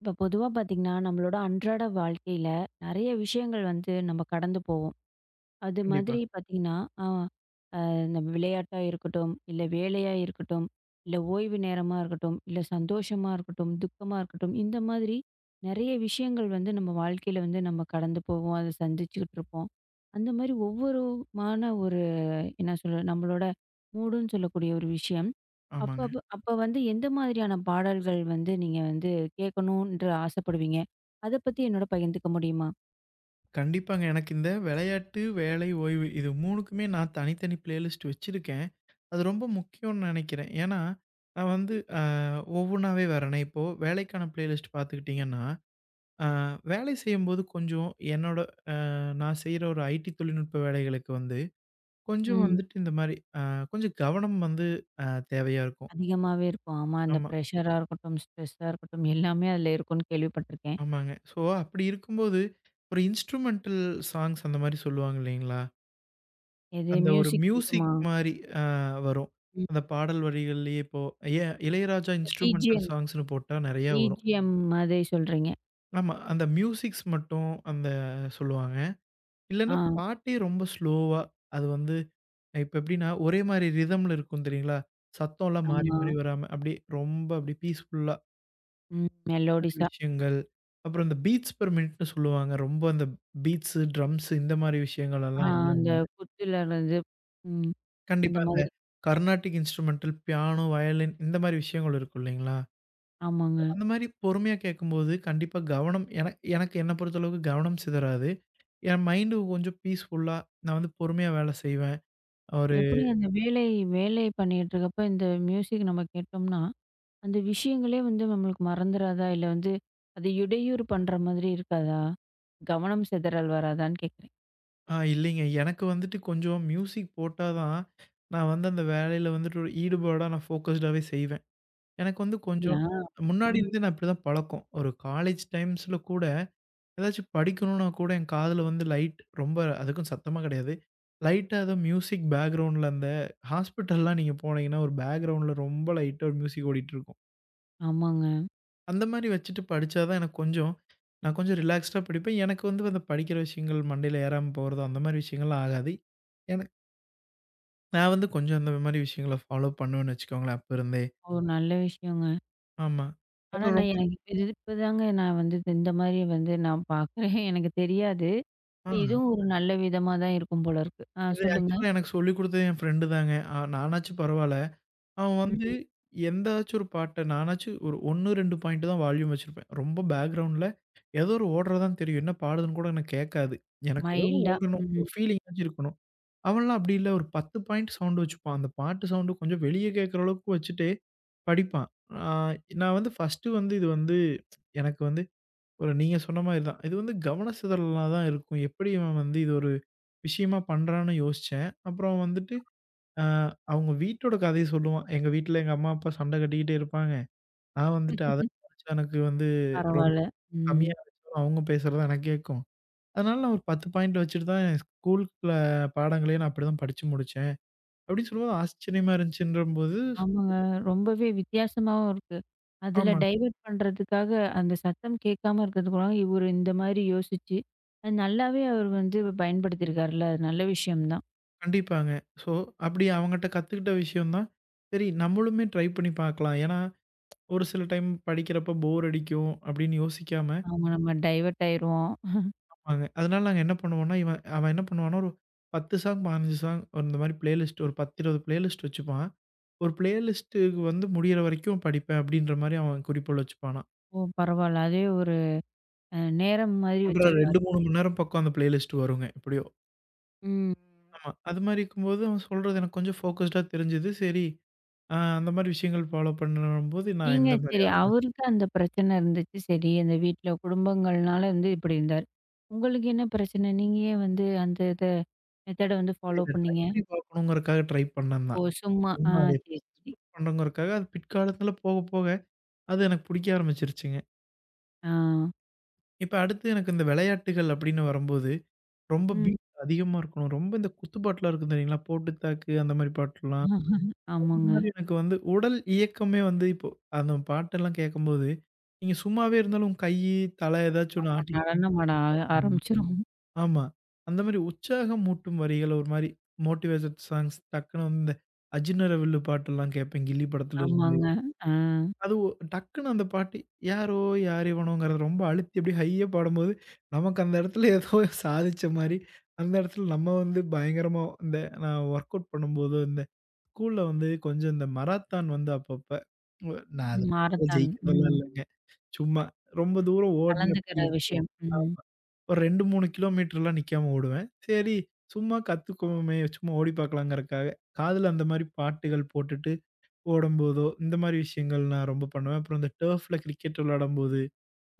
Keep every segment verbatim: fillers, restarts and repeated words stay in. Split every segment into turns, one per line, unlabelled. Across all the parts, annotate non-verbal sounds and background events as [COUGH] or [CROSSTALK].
இப்போ பொதுவாக பார்த்தீங்கன்னா நம்மளோட அன்றாட வாழ்க்கையில் நிறைய விஷயங்கள் வந்து நம்ம கடந்து போவோம். அது
கண்டிப்பா.
மாதிரி பார்த்தீங்கன்னா நம்ம விளையாட்டாக இருக்கட்டும், இல்லை வேலையாக இருக்கட்டும், இல்லை ஓய்வு நேரமாக இருக்கட்டும், இல்லை சந்தோஷமாக இருக்கட்டும், துக்கமாக இருக்கட்டும், இந்த மாதிரி நிறைய விஷயங்கள் வந்து நம்ம வாழ்க்கையில் வந்து நம்ம கடந்து போவோம். அதை சந்திச்சுக்கிட்டு இருப்போம். அந்த மாதிரி ஒவ்வொரு என்ன சொல்ல நம்மளோட மூடுன்னு சொல்லக்கூடிய ஒரு விஷயம். அப்ப
ஆமாங்க.
அப்ப அப்ப வந்து எந்த மாதிரியான பாடல்கள் வந்து நீங்க வந்து கேட்கணுன்ற ஆசைப்படுவீங்க? அத பத்தி என்னோட பகிர்ந்துக்க முடியுமா?
கண்டிப்பாங்க. எனக்கு இந்த விளையாட்டு, வேலை, ஓய்வு இது மூன்றுக்குமே நான் தனித்தனி பிளேலிஸ்ட் வச்சிருக்கேன். அது ரொம்ப முக்கியம்னு நெனைக்கிறேன். ஏன்னா, நான் வந்து அ ஒவ்வொன்னாவே வரேனே. இப்போ வேலைக்கான பிளேலிஸ்ட் பார்த்துக்கிட்டீங்கன்னா, அ வேலை செய்யும்போது கொஞ்சம் என்னோட அ நான் செய்ற ஒரு ஐடி தொழில்நுட்ப வேலைகளுக்கு வந்து, கொஞ்சம்
ம்.
வந்துட்டு இந்த மாரி அ கொஞ்சம் கவனம் வந்து அ தேவையா இருக்கும்.
அதிகமாவே இருக்கும். ஆமா. அந்த
ஆமா,
பிரஷரா இருக்கட்டும், ஸ்ட்ரெஸ்ஸா இருக்கட்டும், எல்லாமே அதுல இருக்கும்னு கேள்விப்பட்டுருக்கேன்.
ஆமாங்க. ஸோ, அப்படி இருக்கும்போது, ஒரு இன்ஸ்ட்ருமென்டல் சாங்ஸ் அந்த மாரி சொல்லுவாங்க இல்லைங்களா?
எது
அந்த ஒரு
மியூசிக்
மியூசிக்
மட்டுமா?
மாரி அ வரும். அந்த
ம்.
பாடல் வரிகள்லயே இப்போ ஏ இளையராஜா
இந்த
இன்ஸ்ட்ருமென்டல்
பிஜிஎம்,
சாங்ஸ்ன்னு போட்டா நெறையா வரும்.
பிஜிஎம் மாதிரி சொல்றீங்க.
ஆமா. அந்த மியூசிக்ஸ் மட்டும் அந்த சொல்லுவாங்க.
ஆ,
இல்லன்னா பாட்டே ரொம்ப ஸ்லோவா அது வந்து இப்ப எப்படின்னா, ஒரே மாரி ரிதம்ல இருக்கும் தெரியுங்களா? சத்தம்லாம் மாறி
ஆமா.
மாறி வராம அப்படியே ரொம்ப அப்படியே பீஸ்ஃபுல்லா
ம்.
அந்த மாரி
மெலோடிஸா.
விஷயங்கள். அப்புறம் இந்த பீட்ஸ் பெர் மினிட்ன்னு சொல்லுவாங்க. ரொம்ப அந்த பீட்ஸு, ட்ரம்ஸு இந்த மாரி விஷயங்கள்
ஆ,
எல்லாம் இல்லாம.
அந்த குத்துலருந்து. ம். அந்த
கண்டிப்பா. அந்த
மாதிரி.
கர்நாடிக் இன்ஸ்ட்ருமெண்டல், பியானோ, வயலின் இந்த மாரி விஷயங்கள் இருக்கும் இல்லைங்களா?
ஆமாங்க.
அந்த மாரி பொறுமையா கேட்கும்போது, கண்டிப்பா கவனம் என எனக்கு என்ன பொறுத்தளவுக்கு கவனம் சிதறாது. என் மைண்டு கொஞ்சம் பீஸ்ஃபுல்லா நான் வந்து பொறுமையா வேலை செய்வேன். ஒரு
எப்படி அந்த வேலை வேலை பண்ணிட்டு இருக்கப்ப இந்த மியூசிக் நம்ம கேட்டோம்னா, அந்த விஷயங்களே வந்து நம்மளுக்கு மறந்துராதா? இல்ல வந்து அது இடையூறு பண்ற மாதிரி இருக்காதா? கவனம் சிதறல் வராதான்னு கேட்குறேன்.
ஆ இல்லைங்க, எனக்கு வந்துட்டு கொஞ்சம் மியூசிக் போட்டா தான், நான் வந்து அந்த வேலையில வந்துட்டு ஒரு ஈடுபாடா நான் ஃபோக்கஸ்டாவே செய்வேன். எனக்கு வந்து கொஞ்சம்
அப்படியா?
முன்னாடி
ம்.
இருந்து நான் இப்படிதான் பழக்கம். ஒரு காலேஜ் டைம்ஸ்ல கூட ஏதாச்சும் படிக்கணும்னா கூட என் காதுல வந்து லைட் ரொம்ப அதுக்கும் சத்தமா கிடையாது. லைட்டா ஏதோ மியூசிக் பேக்கிரவுண்ட்ல அந்த ஹாஸ்பிட்டல்லாம் நீங்க போனீங்கன்னா, ஒரு பேக்கிரவுண்ட்ல ரொம்ப லைட்டா ஒரு மியூசிக் ஓடிட்டு இருக்கும்.
ஆமாங்க.
அந்த மாரி வச்சுட்டு படிச்சா தான் எனக்கு கொஞ்சம் நான் கொஞ்சம் ரிலாக்ஸ்டா படிப்பேன். எனக்கு வந்து அந்த படிக்கிற விஷயங்கள் மண்டையில ஏறாம போறதோ அந்த மாரி விஷயங்கள்லாம் ஆகாது. எனக்கு நான் வந்து கொஞ்சம் அந்த மாரி விஷயங்கள ஃபாலோ பண்ணுவேன்னு வச்சுக்கோங்களேன் அப்ப இருந்தே.
ஒரு நல்ல விஷயங்க.
ஆமா.
ஆனா
அப்புறம்
நான்
ரொம்ப
எனக்கு இது இப்பதாங்க நான் வந்து இது- இந்த மாரி வந்து நான் பார்க்குறேன். [LAUGHS] எனக்கு தெரியாது.
ஆ
இதுவும் ஒரு நல்ல விதமா தான் இருக்கும் போல இருக்கு. ஆ,
இது
சொல்லுங்க.
ஆக்சுவலா எனக்கு சொல்லிக் குடுத்தது என் ஃப்ரெண்டு தாங்க. ஆ நானாச்சும் பரவால்ல. அவன் வந்து
ம்.
எந்தாச்சும் ஒரு பாட்ட நானாச்சும் ஒரு ஒன்று, இரண்டு பாயிண்ட் தான் வால்யூம் வச்சிருப்பேன். ரொம்ப பேக்கிரவுண்ட்ல ஏதோ ஒரு ஓடுறது தான் தெரியும். என்ன பாடுதுன்னு கூட எனக்கு கேட்காது. எனக்கு ஏதோ ஒண்ணு
மைல்டா.
ஓடணும்.
ம்.
ஒரு ஃபீலிங்காச்சும் இருக்கணும். அவன்லாம் அப்படி இல்ல. ஒரு பத்து பாயிண்ட் சவுண்ட் வச்சுப்பான். அந்த பாட்டு சவுண்ட் கொஞ்சம் வெளிய கேட்கற அளவுக்கு வச்சுட்டு படிப்பான். ஆ நான் வந்து ஃபர்ஸ்ட்டு வந்து இது வந்து எனக்கு வந்து ஒரு நீங்க சொன்ன மாரி தான். இது வந்து கவன சிதறலா தான் இருக்கும். எப்படி இவன் வந்து இது ஒரு விஷயமா பண்றான்னு யோசிச்சேன். அப்புறம் வந்துட்டு ஆ, அவங்க வீட்டோட கதைய சொல்லுவான். எங்க வீட்ல எங்க அம்மா, அப்பா சண்டை கட்டிக்கிட்டே இருப்பாங்க. நான் வந்துட்டு அத நினைச்சா எனக்கு வந்து ரொம்ப
பரவால்ல. ம்.
கம்மியா இருந்துச்சுனாலும் அவங்க பேசுறது எனக்கு கேட்கும். அதனால நான் ஒரு பத்து பாயிண்ட் வச்சுட்டு தான் என் ஸ்கூலுக்குள்ள பாடங்களே நான் அப்படிதான் படிச்சு முடிச்சேன். அப்படின்னு சொல்லும்போது ஆச்சரியமா இருந்துச்சுன்றபோது
ஆமாங்க. ரொம்பவே வித்தியாசமாவும் இருக்கு. அதுல
ஆமாங்க.
டைவர்ட் பண்றதுக்காக அந்த சத்தம் கேட்காம இருக்கிறதுக்கு கூட இவரு இந்த மாரி யோசிச்சு, அது நல்லாவே அவர் வந்து பயன்படுத்தியிருக்காருல்ல. அது நல்ல விஷயம் தான்.
கண்டிப்பாங்க. ஸோ அப்படி அவங்கட்ட கத்துக்கிட்ட விஷயம் தான், சரி நம்மளுமே ட்ரை பண்ணி பார்க்கலாம். ஏன்னா, ஒரு சில டைம் படிக்கிறப்ப போர் அடிக்கும் அப்படின்னு யோசிக்காம
ஆமா, நம்ம டைவர்ட் ஆயிருவோம்.
ஆமாங்க. அதனால நாங்க என்ன பண்ணுவோம்னா, இவன் அவன் என்ன பண்ணுவான்னா, ஒரு பத்து சாங், பதினைந்து சாங் இந்த மாரி பிளேலிஸ்ட் ஒரு பத்து, இருபது பிளேலிஸ்ட் வச்சுப்பான். ஒரு பிளேலிஸ்ட்டுக்கு வந்து முடியிற வரைக்கும் படிப்பேன் அப்படின்ற மாரி அவன் குறிக்கோள் வச்சுப்பானாம்.
ஓ! பரவால்ல. அதே ஒரு அ நேரம் மாதிரி
ஒன்றரை இரண்டு,
வச்சிருக்காரு.
மூன்று மணி நேரம் பக்கம் அந்த பிளேலிஸ்ட் வருங்க எப்படியோ.
ம்.
ஆமா. அது மாரி இருக்கும்போது அவன் சொல்றது எனக்கு கொஞ்சம் ஃபோக்கஸ்டா தெரிஞ்சது. சரி, அ அந்த மாரி விஷயங்கள் ஃபாலோ பண்ணும்போது நான்
நீங்க
இந்த மாரி
சரி
ஆரம்பிச்சேன்.
அவருக்கு அந்த பிரச்சனை இருந்துச்சு. சரி, அந்த வீட்ல குடும்பங்கள்னால வந்து இப்படி இருந்தாரு. உங்களுக்கு என்ன பிரச்சனை? நீங்க ஏன் வந்து அந்த இத மெத்தட வந்து ஃபாலோ
இத ட்ரை
பண்ணீங்க?
பண்ணி பார்க்கணுங்கிறக்காக ட்ரை பண்ணேன்
ஓ!
தான்.
சும்மா. ஆ.
சும்மா அத எப்படி
சரி, சரி.
எக்ஸ்ப்ளோர் பண்ணணுங்கிறக்காக அது பிற்காலத்துல போக போக அது எனக்கு பிடிக்க ஆரம்பிச்சுருச்சுங்க.
ஆ.
இப்ப அடுத்து எனக்கு இந்த விளையாட்டுகள் அப்படின்னு வரும்போது, ரொம்ப ம்.
ம்.
பீட் அதிகமா இருக்கணும். ரொம்ப இந்த குத்துப்பாட்டுலாம் இருக்கும் தெரியுங்களா? போட்டு தாக்கு அந்த மாரி பாட்டுலாம். அந்த
ஆமாங்க.
மாரி எனக்கு வந்து உடல் இயக்கமே வந்து இப்போ அந்த பாட்டெல்லாம் கேட்கும்போது, நீங்க சும்மாவே இருந்தாலும் கை, தலை ஏதாச்சும் ஒண்ணு
ஆமா.
ஆட்டிக்கிட்டே
நடனம் ஆட ஆர
இருப்பீங்க.
ஆரம்பிச்சுரும்.
ஆமா. அந்த மாரி உற்சாகம் ஊட்டும் வரிகள் ஒரு மாரி மோட்டிவேஷன் சாங்ஸ் டக்குனு வந்து இந்த அஜினரவில்லு பாட்டெல்லாம் கேட்பேன், கில்லி படத்துல இருந்து.
ஆமாங்க. ஆ.
அது ஒ டக்குன்னு அந்த பாட்டு, "யாரோ யாரிவனோங்கிறத" ரொம்ப அழுத்தி அப்படியே ஹையா பாடும்போது, நமக்கு அந்த இடத்துல ஏதோ சாதிச்ச மாரி, அந்த இடத்துல நம்ம வந்து பயங்கரமா இந்த நான் ஒர்க் அவுட் பண்ணும்போதோ, இந்த ஸ்கூல்ல வந்து கொஞ்சம் இந்த மராத்தான் வந்து அப்பப்ப ஒ நான் அது
ம்.
பெருசா
மாரத்தான். ம்.
ஜெயிக்கிறதெல்லாம் இல்லைங்க. சும்மா ரொம்ப தூரம் ஓடுனா எப்படி
கலந்துக்கிற
இருக்கும்?
விஷயம். ம்.
ஆமா. ஒரு இரண்டு, மூன்று கிலோமீட்டர்லாம் நிக்காம ஓடுவேன். சரி, சும்மா கத்துக்குவோமே, சும்மா ஓடி பார்க்கலாங்கறக்காக, காதுல அந்த மாரி பாட்டுகள் போட்டுட்டு ஓடும்போதோ, இந்த மாரி விஷயங்கள் நான் ரொம்ப பண்ணுவேன். அப்புறம் இந்த டர்ஃப்ல கிரிக்கெட் விளையாடும்போது,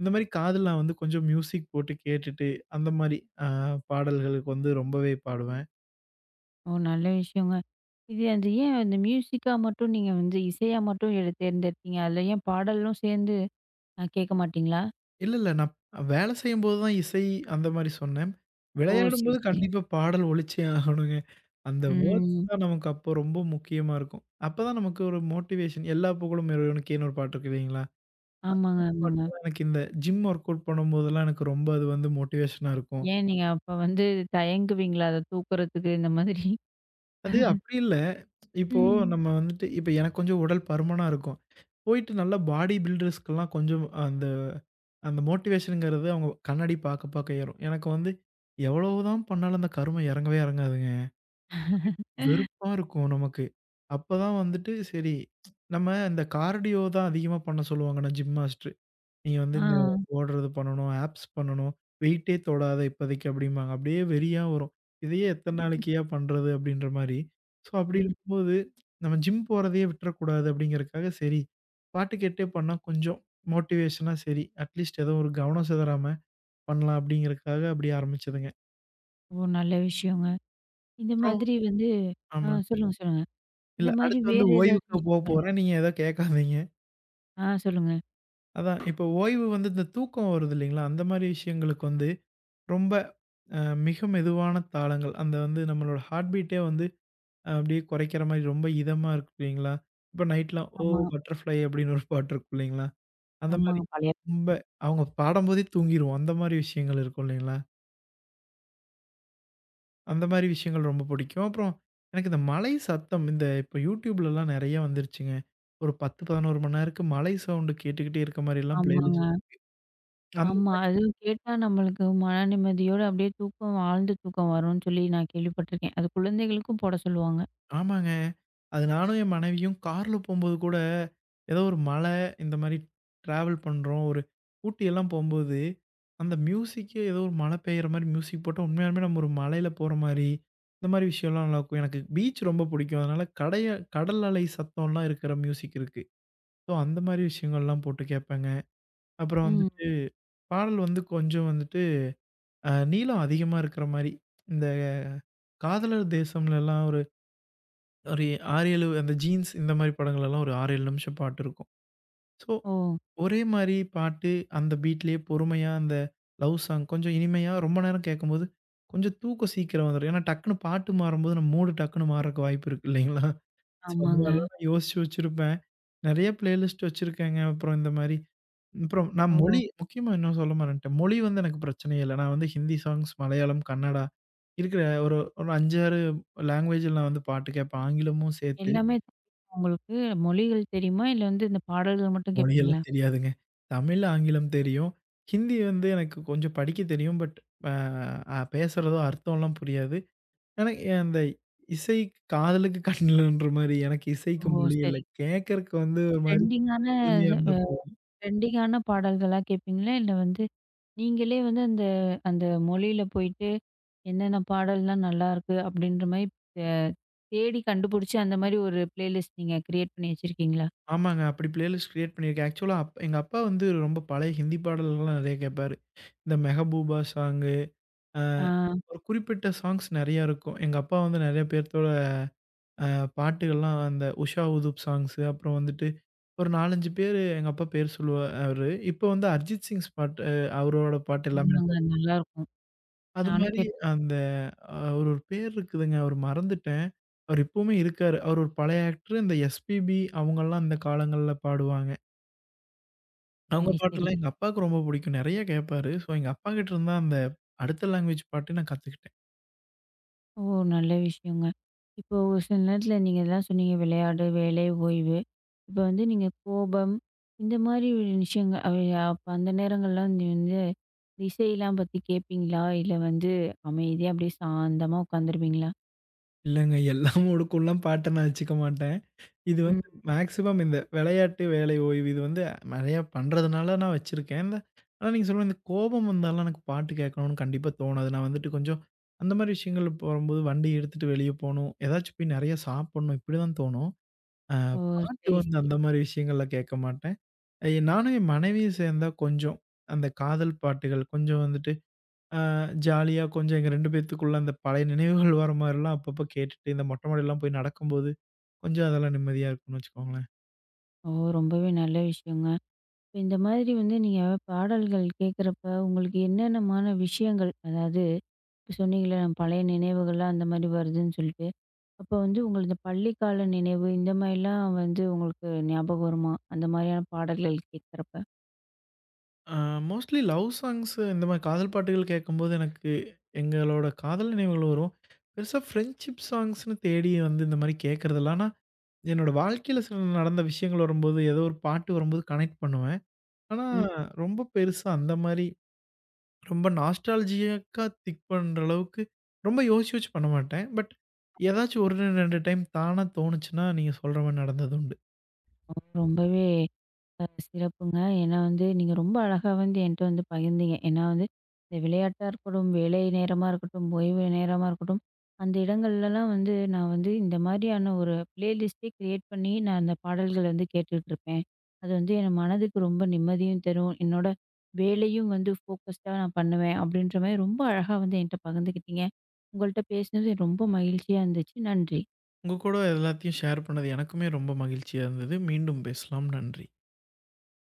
இந்த மாரி காதுல நான் வந்து கொஞ்சம் மியூசிக் போட்டு கேட்டுட்டு, அந்த மாரி அ பாடல்களுக்கு வந்து ரொம்பவே பாடுவேன்.
ஓ! நல்ல விஷயங்க. இது அது ஏன் அந்த மியூசிக்கா மட்டும் நீங்க வந்து இசையா மட்டும் எடு தேர்ந்தெடுத்தீங்க? அதில ஏன் பாடலும் சேர்ந்து அ கேட்க மாட்டீங்களா?
இல்ல, இல்ல. நான் வேலை செய்யும்போது தான் இசை அந்த மாரி சொன்னேன்.
ஓ! சரி,
விளையாடும்போது
சரி.
கண்டிப்பா பாடல் ஒலிச்சே ஆகணுங்க. அந்த வேர்ட்ஸ்
ம்.
தான் நமக்கு அப்போ ரொம்ப முக்கியமா இருக்கும். அப்பதான் நமக்கு ஒரு மோட்டிவேஷன். எல்லா புகழும் இறைவனுக்கேன்னு ஒரு பாட்டு இருக்கு இல்லைங்களா? அந்த
ஆமாங்க,
மாரி
ஆமாங்க.
பாட்டுலாம் எனக்கு இந்த ஜிம் ஒர்க் அவுட் பண்ணும்போதெல்லாம் எனக்கு ரொம்ப அது வந்து மோட்டிவேஷனா இருக்கும்.
ஏன் நீங்க அப்ப வந்து தயங்குவீங்களா? அத தூக்குறதுக்கு இந்த மாதிரி?
அது அப்படி இல்ல. இப்போ
ம்.
நம்ம வந்துட்டு இப்ப எனக்கு கொஞ்சம் உடல் பருமனா இருக்கும். போயிட்டு நல்லா பாடி பில்டர்ஸ்க்கெல்லாம் கொஞ்சம் அந்த அந்த மோட்டிவேஷன்ங்கிறது அவங்க கண்ணாடி பார்க்க பார்க்க ஏறும். எனக்கு வந்து எவ்வளவுதான் பண்ணாலும் அந்த கருமம் இறங்கவே இறங்காதுங்க. வெறுப்பா இருக்கும் நமக்கு. அப்பதான் வந்துட்டு சரி நம்ம இந்த கார்டியோ தான் அதிகமா பண்ண சொல்லுவாங்க நான் ஜிம் மாஸ்டர். நீ வந்து
ஆ.
இந்த ஓடுறது பண்ணணும், ஆப்ஸ் பண்ணணும், வெயிட்டே தொடாத இப்போதைக்கு அப்படிம்பாங்க. அப்படியே வெறியா வரும். இதையே எத்தன நாளைக்குய்யா பண்றது அப்படின்ற மாரி. ஸோ அப்படி
ம்.
இருக்கும்போது நம்ம ஜிம் போறதையே விட்டுறக்கூடாது அப்படிங்கிறதுக்காக சரி, பாட்டு கேட்டே பண்ணா கொஞ்சம் மோட்டிவேஷனா சரி, அட்லீஸ்ட் ஏதோ ஒரு கவனம் சிதறாம பண்ணலாம் அப்படிங்கிறதுக்காக அப்படி ஆரம்பிச்சதுங்க.
ஓ! நல்ல விஷயங்க. இந்த
அப்புறம்
மாதிரி வந்து ஆ,
ஆமா.
சொல்லுங்க, சொல்லுங்க.
இல்ல
இந்த மாரி
அடுத்து வந்து
வேற ஏதாவது
ஓய்வுக்கு போ
விஷயங்கள்.
போறேன். நீங்க எத கேட்காதீங்க.
ஆ, சொல்லுங்க.
அதான் இப்போ ஓய்வு வந்து இந்த தூக்கம் வருது இல்லைங்களா? அந்த மாரி விஷயங்களுக்கு வந்து ரொம்ப அ மிக மெதுவான தாளங்கள். அந்த வந்து நம்மளோட ஹார்ட் பீட்டே வந்து அஹ், அப்படியே குறைக்கிற மாரி ரொம்ப இதமா இருக்கும் இல்லைங்களா? இப்ப நைட்லாம் "ஓ
ஆமா,
பட்டர்ஃப்ளை" அப்படின்னு ஒரு பாட்டு இருக்கும் இல்லைங்களா? அந்த மாரி
ஆமாங்க. பழைய.
ரொம்ப அவங்க பாடம்போதே தூங்கிருவோம். அந்த மாரி விஷயங்கள் இருக்கும் இல்லைங்களா? அந்த மாரி விஷயங்கள் ரொம்ப பிடிக்கும். அப்புறம் எனக்கு இந்த மலை சத்தம் இந்த இப்ப YouTubeலலாம் நெறைய வந்துருச்சுங்க. ஒரு பத்து, பதினொன்று மணி நேரத்துக்கு மலை சவுண்டு கேட்டுக்கிட்டே இருக்க மாரிலாம்
ஆமாங்க.
பிளேலிஸ்ட் அந்த
ஆமா. அதுவும் கேட்டா நம்மளுக்கு மன நிம்மதியோட அப்படியே தூக்கம், ஆழ்ந்த தூக்கம் வரும்னு சொல்லி நான் கேள்விப்பட்டுருக்கேன். அது குழந்தைகளுக்கும் போட சொல்லுவாங்க.
ஆமாங்க. அது நானும் என் மனைவியும் கார்ல போம்போது கூட, ஏதோ ஒரு மலை இந்த மாரி ட்ராவல் பண்றோம். ஒரு ஊட்டி எல்லாம் போம்போது, அந்த மியூசிக்கே ஏதோ ஒரு மழை பெய்யிற மாரி மியூசிக் போட்டா, உண்மையாலுமே நம்ம ஒரு மலையில போற மாரி, இந்த மாரி விஷயம்லாம் நல்லாருக்கும். எனக்கு பீச் ரொம்ப பிடிக்கும். அதனால கடைய கடல் அலை சத்தம்லாம் இருக்கிற மியூசிக் இருக்கு. ஸோ அந்த மாரி விஷயங்கள்லாம் போட்டு கேட்பேங்க. அப்புறம்
ம்.
வந்துட்டு பாடல் வந்து கொஞ்சம் வந்துட்டு அ நீளம் அதிகமா இருக்கிற மாரி, இந்த காதலர் தேசம்லலாம் ஒரு ஒரு ஆறு, ஏழு அந்த ஜீன்ஸ் இந்த மாரி படங்கள்லலாம் ஒரு ஆறு, ஏழு நிமிஷம் பாட்டு இருக்கும். ஸோ,
ஓ!
ஒரே மாரி பாட்டு அந்த பீட்லயே பொறுமையா அந்த லவ் சாங் கொஞ்சம் இனிமையா ரொம்ப நேரம் கேட்கும்போது, கொஞ்சம் தூக்கம் சீக்கிரம் வந்துரும். ஏன்னா டக்குனு பாட்டு மாறும்போது நம்ம மூடு டக்குனு மாறுறக்கு வாய்ப்பு இருக்கு இல்லைங்களா? ஸோ, அந்த
ஆமாங்க.
மாரிலாம் நான் யோசிச்சு வச்சிருப்பேன். நெறைய பிளேலிஸ்ட் வச்சிருக்கேங்க. அப்புறம் இந்த மாரி அப்புறம் நான் மொழி
ஓ!
முக்கியமா இன்னும் சொல்ல மறந்துட்டேன். மொழி வந்து எனக்கு பிரச்சனையே இல்ல. நான் வந்து ஹிந்தி சாங்ஸ், மலையாளம், கன்னடா இருக்கிற ஒரு ஒரு ஐந்து, ஆறு லாங்குவேஜ்ல நான் வந்து பாட்டு கேட்பேன். ஆங்கிலமும் சேர்த்து.
எல்லாமே தெரியுமா உங்களுக்கு, மொழிகள் தெரியுமா? இல்ல வந்து இந்த பாடல்கள் மட்டும் கேட்பீங்களா?
மொழியெல்லாம் தெரியாதுங்க. தமிழ், ஆங்கிலம் தெரியும். ஹிந்தி வந்து எனக்கு கொஞ்சம் படிக்க தெரியும். பட் அ அ பேசுறதோ அர்த்தம்லாம் புரியாது. ஆனா அந்த இசை காதலுக்கு கண்ணில்ன்ற மாரி எனக்கு இசைக்கு
ஓ!
மொழி இல்ல.
சரி.
கேட்கறக்கு வந்து ஒரு மாரி
ட்ரெண்டிங்கான
புதுமையா இருந்தா
அ
போதும்.
ட்ரெண்டிங்கான பாடல்களா கேட்பீங்களா? இல்ல வந்து நீங்களே வந்து அந்த அந்த மொழியில போயிட்டு, என்னென்ன பாடல்லாம் நல்லாருக்கு அப்படின்ற மாரி அ தேடி கண்டுபிடிச்சு, அந்த மாரி ஒரு பிளேலிஸ்ட் நீங்க கிரியேட் பண்ணி வச்சிருக்கீங்களா?
ஆமாங்க. அப்படி பிளேலிஸ்ட் கிரியேட் பண்ணியிருக்கேன். ஆக்சுவலா அப் எங்க அப்பா வந்து ரொம்ப பழைய ஹிந்தி பாடல்கள்லாம் நெறைய கேட்பாரு. இந்த மெஹபூபா சாங்கு, அ
ஆ,
ஒரு குறிப்பிட்ட சாங்ஸ் நெறைய இருக்கும். எங்க அப்பா வந்து நெறைய பேர்த்தோட அ பாட்டுகள்லாம் அந்த உஷா உதுப் சாங்ஸு, அப்புறம் வந்துட்டு ஒரு நான்கு, ஐந்து பேரு எங்க அப்பா பேர் சொல்லுவாரு. இப்போ வந்து அரிஜித் சிங்ஸ் பாட்டு அஹ் அவரோட பாட்டு எல்லாமே எனக்கு
ஆமாங்க.
வரும்.
அது நல்லாருக்கும்.
அது
நானும்
மாரி
கேட்டுருக்கேன்.
அந்த அவரு ஒரு ஒரு பேர் இருக்குதுங்க. அவரு மறந்துட்டேன். அவரு இப்பவுமே இருக்காரு. அவரு ஒரு பழைய ஆக்டரு. இந்த எஸ்பிபி அவங்கலாம் அந்த காலங்கள்ல பாடுவாங்க. அவங்க
சரி,
பாட்டெல்லாம்
சரிங்க.
எங்க அப்பாவுக்கு ரொம்ப பிடிக்கும். நெறைய கேட்பாரு. ஸோ எங்க அப்பாகிட்ட இருந்து தான் அந்த அடுத்த லாங்குவேஜ் பாட்டு நான் கத்துக்கிட்டேன்.
ஓ! நல்ல விஷயங்க. இப்போ ஒரு சில நேரத்துல நீங்க எல்லாம் சொன்னீங்க, விளையாடு, வேலை, ஓய்வு. இப்ப வந்து நீங்க கோபம், இந்த மாரி விஷயங்கள், அ அப்ப அந்த நேரங்கள்லாம் நீ வந்து இசையெல்லாம் பத்தி கேட்பீங்களா? இல்ல வந்து அமைதியா அப்படியே சாந்தமா உட்காந்துருவீங்களா?
இல்லங்க எல்லா மூடுக்கும்லாம் பாட்ட நான் வச்சுக்க மாட்டேன். இது வந்து மேக்ஸிமம் இந்த விளையாட்டு, வேலை ஓய்வு இது வந்து நெறையா பண்றதுனால நான் வச்சிருக்கேன். இந்த ஆனா நீங்க சொல்ற இந்த கோபம் வந்தாலாம் எனக்கு பாட்டு கேட்கணும்னு கண்டிப்பா தோணாது. நான் வந்துட்டு கொஞ்சம் அந்த மாரி விஷயங்கள் போம்போது வண்டி எடுத்துட்டு வெளிய போணும். ஏதாச்சும் போய் நெறையா சாப்பிடணும். இப்படிதான் தோணும். அ
ஓ!
பாட்டு
சரி,
வந்து
சரி.
அந்த மாரி விஷயங்கள்ல கேட்க மாட்டேன். அஹ் நானும் என் மனைவியும் சேர்ந்தா கொஞ்சம் அந்த காதல் பாட்டுகள் கொஞ்சம் வந்துட்டு அ ஜாலியா கொஞ்சம் எங்க இரண்டு பேத்துக்குள்ள அந்த பழைய நினைவுகள் வர மாரிலாம் அப்பப்ப கேட்டுட்டு இந்த மொட்ட மாடிலாம் போய் நடக்கும்போது கொஞ்சம் அதெல்லாம் நிம்மதியா இருக்கும்னு வச்சுக்கோங்களேன்.
ஓ! ரொம்பவே நல்ல விஷயங்க. இப்ப இந்த மாதிரி வந்து நீங்க பாடல்கள் கேட்குறப்ப, உங்களுக்கு என்னென்னமான விஷயங்கள், அதாவது இப்ப சொன்னீங்கல்ல பழைய நினைவுகள்லாம் அந்த மாரி வருதுன்னு சொல்லிட்டு, அப்போ வந்து உங்களுக்கு இந்த பள்ளிக்கால நினைவு இந்த மாரிலாம் வந்து உங்களுக்கு ஞாபகம் வருமா? அந்த மாரியான பாடல்கள் கேட்குறப்ப?
ஆ மோஸ்ட்லி லவ் சாங்ஸு இந்த மாரி காதல் பாட்டுகள் கேட்கும்போது எனக்கு எங்களோட காதல் நினைவுகள் வரும். பெருசா ஃப்ரெண்ட்ஷிப் சாங்ஸ்ன்னு தேடி வந்து இந்த மாரி கேட்கறதில்ல. ஆனா, என்னோட வாழ்க்கையில சில நடந்த விஷயங்கள் வரும்போது, ஏதோ ஒரு பாட்டு வரும்போது கனெக்ட் பண்ணுவேன். ஆனா,
ம்.
ரொம்ப பெருசா அந்த மாரி ரொம்ப நாஸ்டால்ஜியக்கா திங்க் பண்ற அளவுக்கு ரொம்ப யோசிச்சு யோசிச்சு பண்ண மாட்டேன். பட் ஏதாச்சும் ஒன்று, இரண்டு டைம் தானா தோணுச்சுன்னா, நீங்க சொல்ற மாரி நடந்தது உண்டு.
ஓ, ரொம்பவே அ சிறப்புங்க. ஏன்னா வந்து, நீங்க ரொம்ப அழகா வந்து என்ட்ட வந்து பகிர்ந்தீங்க. ஏன்னா வந்து, இந்த விளையாட்டா இருக்கட்டும், வேலை நேரமா இருக்கட்டும், ஓய்வு நேரமா இருக்கட்டும், அந்த இடங்கள்லலாம் வந்து நான் வந்து இந்த மாதிரியான ஒரு பிளேலிஸ்ட்டே கிரியேட் பண்ணி, நான் அந்த பாடல்கள் வந்து கேட்டுட்ருப்பேன். அது வந்து என் மனதுக்கு ரொம்ப நிம்மதியும் தரும். என்னோட வேலையும் வந்து ஃபோக்கஸ்டா நான் பண்ணுவேன். அப்படின்ற மாரி ரொம்ப அழகா வந்து என்ட்ட பகிர்ந்துக்கிட்டீங்க. உங்கள்ட்ட பேசினது ரொம்ப மகிழ்ச்சியா இருந்துச்சு. நன்றி.
உங்க கூட எல்லாத்தையும் ஷேர் பண்ணது எனக்குமே ரொம்ப மகிழ்ச்சியா இருந்தது. மீண்டும் பேசலாம். நன்றி.